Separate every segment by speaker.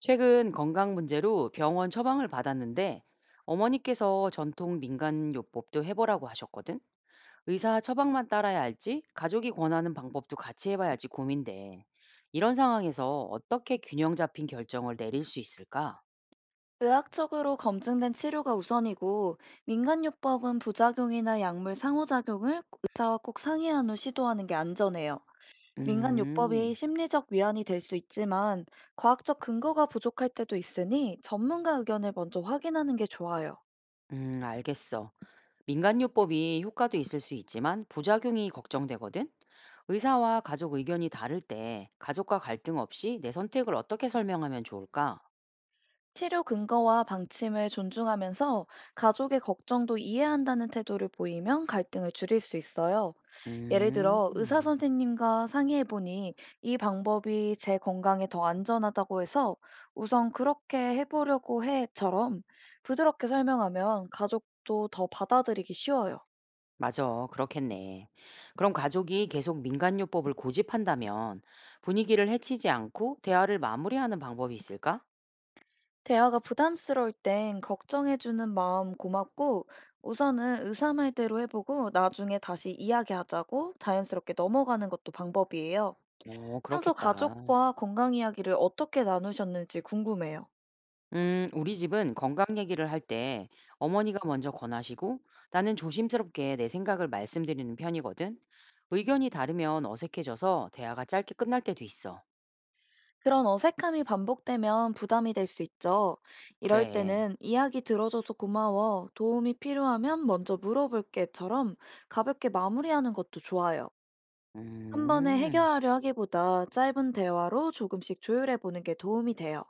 Speaker 1: 최근 건강 문제로 병원 처방을 받았는데 어머니께서 전통 민간요법도 해보라고 하셨거든. 의사 처방만 따라야 할지 가족이 권하는 방법도 같이 해봐야 할지 고민돼. 이런 상황에서 어떻게 균형 잡힌 결정을 내릴 수 있을까?
Speaker 2: 의학적으로 검증된 치료가 우선이고 민간요법은 부작용이나 약물 상호작용을 의사와 꼭 상의한 후 시도하는 게 안전해요. 민간요법이
Speaker 1: 음,
Speaker 2: 심리적 위안이 될 수 있지만 과학적 근거가 부족할 때도 있으니 전문가 의견을 먼저 확인하는 게 좋아요.
Speaker 1: 알겠어. 민간요법이 효과도 있을 수 있지만 부작용이 걱정되거든. 의사와 가족 의견이 다를 때 가족과 갈등 없이 내 선택을 어떻게 설명하면 좋을까?
Speaker 2: 치료 근거와 방침을 존중하면서 가족의 걱정도 이해한다는 태도를 보이면 갈등을 줄일 수 있어요. 예를 들어 의사
Speaker 1: 음.
Speaker 2: 선생님과 상의해 보니 이 방법이 제 건강에 더 안전하다고 해서 우선 그렇게 해보려고 해처럼 부드럽게 설명하면 가족도 더 받아들이기 쉬워요.
Speaker 1: 맞아. 그렇겠네. 그럼 가족이 계속 민간요법을 고집한다면 분위기를 해치지 않고 대화를 마무리하는 방법이 있을까?
Speaker 2: 대화가 부담스러울 땐 걱정해주는 마음 고맙고, 우선은 의사 말대로 해보고, 나중에 다시 이야기하자고 자연스럽게 넘어가는 것도 방법이에요.
Speaker 1: 어,
Speaker 2: 평소
Speaker 1: 그렇겠다.
Speaker 2: 가족과 건강 이야기를 어떻게 나누셨는지 궁금해요.
Speaker 1: 우리 집은 건강 얘기를 할 때 어머니가 먼저 권하시고 나는 조심스럽게 내 생각을 말씀드리는 편이거든. 의견이 다르면 어색해져서 대화가 짧게 끝날 때도 있어.
Speaker 2: 그런 어색함이 반복되면 부담이 될 수 있죠. 이럴
Speaker 1: 그래.
Speaker 2: 때는 이야기 들어줘서 고마워, 도움이 필요하면 먼저 물어볼게처럼 가볍게 마무리하는 것도 좋아요. 한 번에
Speaker 1: 음.
Speaker 2: 해결하려 하기보다 짧은 대화로 조금씩 조율해 보는 게 도움이 돼요.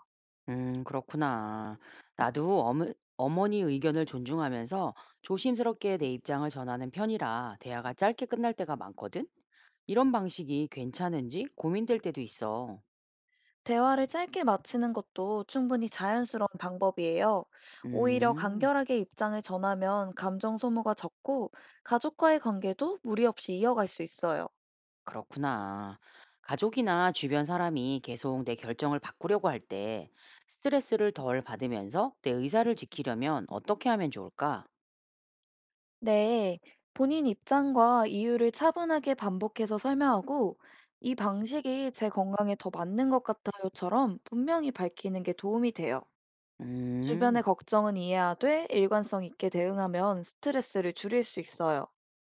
Speaker 1: 그렇구나. 나도 어머니 의견을 존중하면서 조심스럽게 내 입장을 전하는 편이라 대화가 짧게 끝날 때가 많거든? 이런 방식이 괜찮은지 고민될 때도 있어.
Speaker 2: 대화를 짧게 마치는 것도 충분히 자연스러운 방법이에요. 오히려
Speaker 1: 음,
Speaker 2: 간결하게 입장을 전하면 감정 소모가 적고 가족과의 관계도 무리 없이 이어갈 수 있어요.
Speaker 1: 그렇구나. 가족이나 주변 사람이 계속 내 결정을 바꾸려고 할 때 스트레스를 덜 받으면서 내 의사를 지키려면 어떻게 하면 좋을까?
Speaker 2: 네, 본인 입장과 이유를 차분하게 반복해서 설명하고 이 방식이 제 건강에 더 맞는 것 같아요처럼 분명히 밝히는 게 도움이 돼요.
Speaker 1: 음.
Speaker 2: 주변의 걱정은 이해하되 일관성 있게 대응하면 스트레스를 줄일 수 있어요.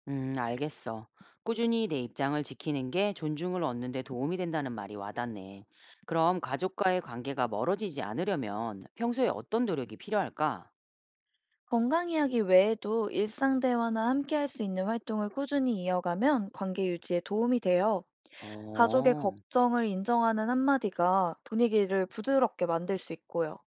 Speaker 1: 알겠어. 꾸준히 내 입장을 지키는 게 존중을 얻는 데 도움이 된다는 말이 와닿네. 그럼 가족과의 관계가 멀어지지 않으려면 평소에 어떤 노력이 필요할까?
Speaker 2: 건강 이야기 외에도 일상 대화나 함께할 수 있는 활동을 꾸준히 이어가면 관계 유지에 도움이 돼요. 가족의
Speaker 1: 어,
Speaker 2: 걱정을 인정하는 한마디가 분위기를 부드럽게 만들 수 있고요.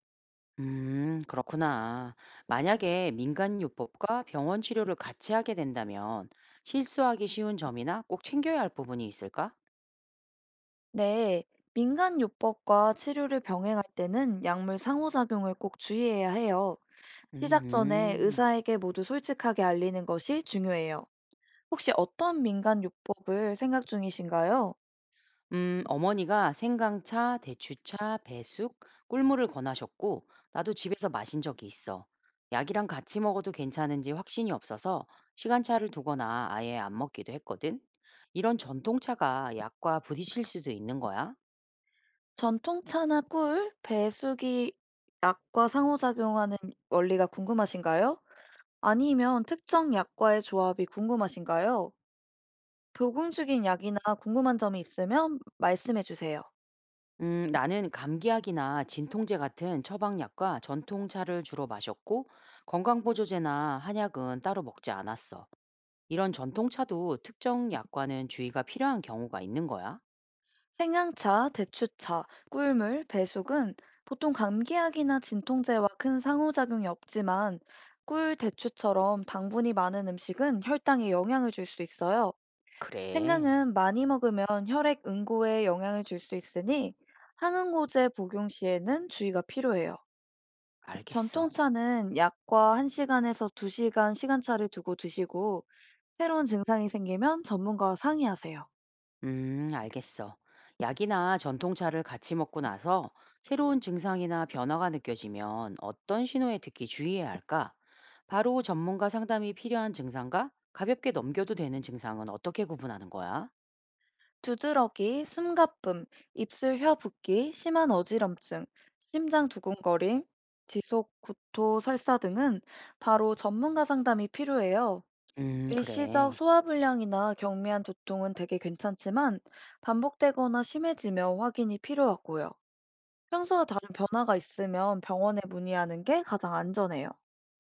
Speaker 1: 그렇구나. 만약에 민간요법과 병원 치료를 같이 하게 된다면 실수하기 쉬운 점이나 꼭 챙겨야 할 부분이 있을까?
Speaker 2: 네, 민간 요법과 치료를 병행할 때는 약물 상호작용을 꼭 주의해야 해요. 시작 전에
Speaker 1: 음. 음.
Speaker 2: 의사에게 모두 솔직하게 알리는 것이 중요해요. 혹시 어떤 민간 요법을 생각 중이신가요?
Speaker 1: 어머니가 생강차, 대추차, 배숙, 꿀물을 권하셨고, 나도 집에서 마신 적이 있어. 약이랑 같이 먹어도 괜찮은지 확신이 없어서 시간차를 두거나 아예 안 먹기도 했거든. 이런 전통차가 약과 부딪힐 수도 있는 거야?
Speaker 2: 전통차나 꿀, 배숙이 약과 상호작용하는 원리가 궁금하신가요? 아니면 특정 약과의 조합이 궁금하신가요? 복용 중인 약이나 궁금한 점이 있으면 말씀해 주세요.
Speaker 1: 나는 감기약이나 진통제 같은 처방약과 전통차를 주로 마셨고, 건강보조제나 한약은 따로 먹지 않았어. 이런 전통차도 특정 약과는 주의가 필요한 경우가 있는 거야?
Speaker 2: 생양차, 대추차, 꿀물, 배숙은 보통 감기약이나 진통제와 큰 상호작용이 없지만 꿀, 대추처럼 당분이 많은 음식은 혈당에 영향을 줄 수 있어요.
Speaker 1: 그래.
Speaker 2: 생강은 많이 먹으면 혈액 응고에 영향을 줄 수 있으니 항응고제 복용 시에는 주의가 필요해요.
Speaker 1: 알겠어.
Speaker 2: 전통차는 약과 1시간에서 2시간 시간차를 두고 드시고 새로운 증상이 생기면 전문가와 상의하세요.
Speaker 1: 알겠어. 약이나 전통차를 같이 먹고 나서 새로운 증상이나 변화가 느껴지면 어떤 신호에 특히 주의해야 할까? 바로 전문가 상담이 필요한 증상과 가볍게 넘겨도 되는 증상은 어떻게 구분하는 거야?
Speaker 2: 두드러기, 숨가쁨, 입술 혀 붓기, 심한 어지럼증, 심장 두근거림, 지속 구토 설사 등은 바로 전문가 상담이 필요해요. 일시적
Speaker 1: 그래.
Speaker 2: 소화불량이나 경미한 두통은 되게 괜찮지만 반복되거나 심해지며 확인이 필요하고요. 평소와 다른 변화가 있으면 병원에 문의하는 게 가장 안전해요.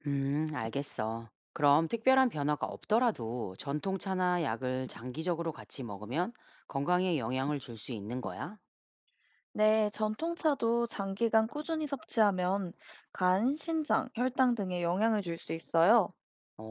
Speaker 1: 알겠어. 그럼 특별한 변화가 없더라도 전통차나 약을 장기적으로 같이 먹으면 건강에 영향을 줄 수 있는 거야?
Speaker 2: 네, 전통차도 장기간 꾸준히 섭취하면 간, 신장, 혈당 등에 영향을 줄 수 있어요.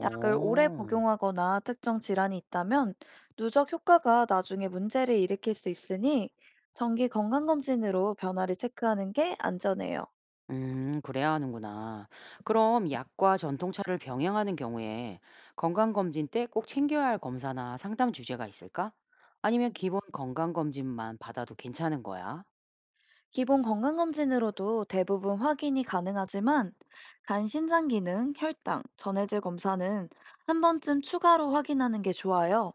Speaker 2: 약을 오래 복용하거나 특정 질환이 있다면 누적 효과가 나중에 문제를 일으킬 수 있으니 정기 건강검진으로 변화를 체크하는 게 안전해요.
Speaker 1: 그래야 하는구나. 그럼 약과 전통차를 병행하는 경우에 건강검진 때 꼭 챙겨야 할 검사나 상담 주제가 있을까? 아니면 기본 건강검진만 받아도 괜찮은 거야?
Speaker 2: 기본 건강검진으로도 대부분 확인이 가능하지만 간신장 기능, 혈당, 전해질 검사는 한 번쯤 추가로 확인하는 게 좋아요.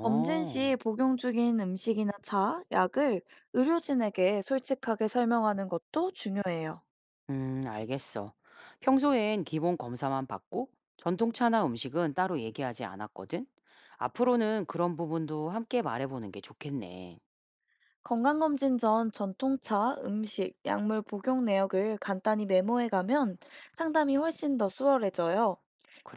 Speaker 2: 검진 시 복용 중인 음식이나 차, 약을 의료진에게 솔직하게 설명하는 것도 중요해요.
Speaker 1: 알겠어. 평소엔 기본 검사만 받고 전통차나 음식은 따로 얘기하지 않았거든? 앞으로는 그런 부분도 함께 말해보는 게 좋겠네.
Speaker 2: 건강검진 전 전통차, 음식, 약물 복용 내역을 간단히 메모해 가면 상담이 훨씬 더 수월해져요.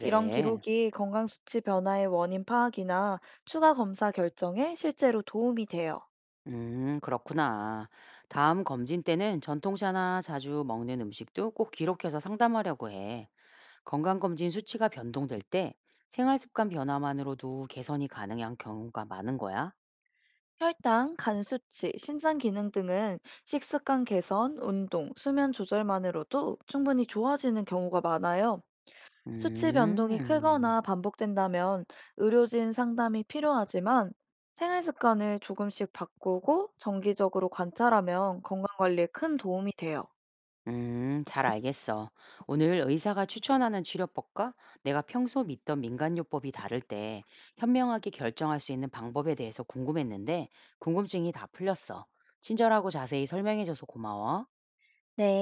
Speaker 2: 이런 기록이 건강 수치 변화의 원인 파악이나 추가 검사 결정에 실제로 도움이 돼요.
Speaker 1: 그렇구나. 다음 검진 때는 전통차나 자주 먹는 음식도 꼭 기록해서 상담하려고 해. 건강검진 수치가 변동될 때 생활습관 변화만으로도 개선이 가능한 경우가 많은 거야.
Speaker 2: 혈당, 간 수치, 신장 기능 등은 식습관 개선, 운동, 수면 조절만으로도 충분히 좋아지는 경우가 많아요. 수치 변동이
Speaker 1: 음,
Speaker 2: 크거나 반복된다면 의료진 상담이 필요하지만 생활 습관을 조금씩 바꾸고 정기적으로 관찰하면 건강 관리에 큰 도움이 돼요.
Speaker 1: 잘 알겠어. 오늘 의사가 추천하는 치료법과 내가 평소 믿던 민간요법이 다를 때 현명하게 결정할 수 있는 방법에 대해서 궁금했는데 궁금증이 다 풀렸어. 친절하고 자세히 설명해줘서 고마워.
Speaker 2: 네.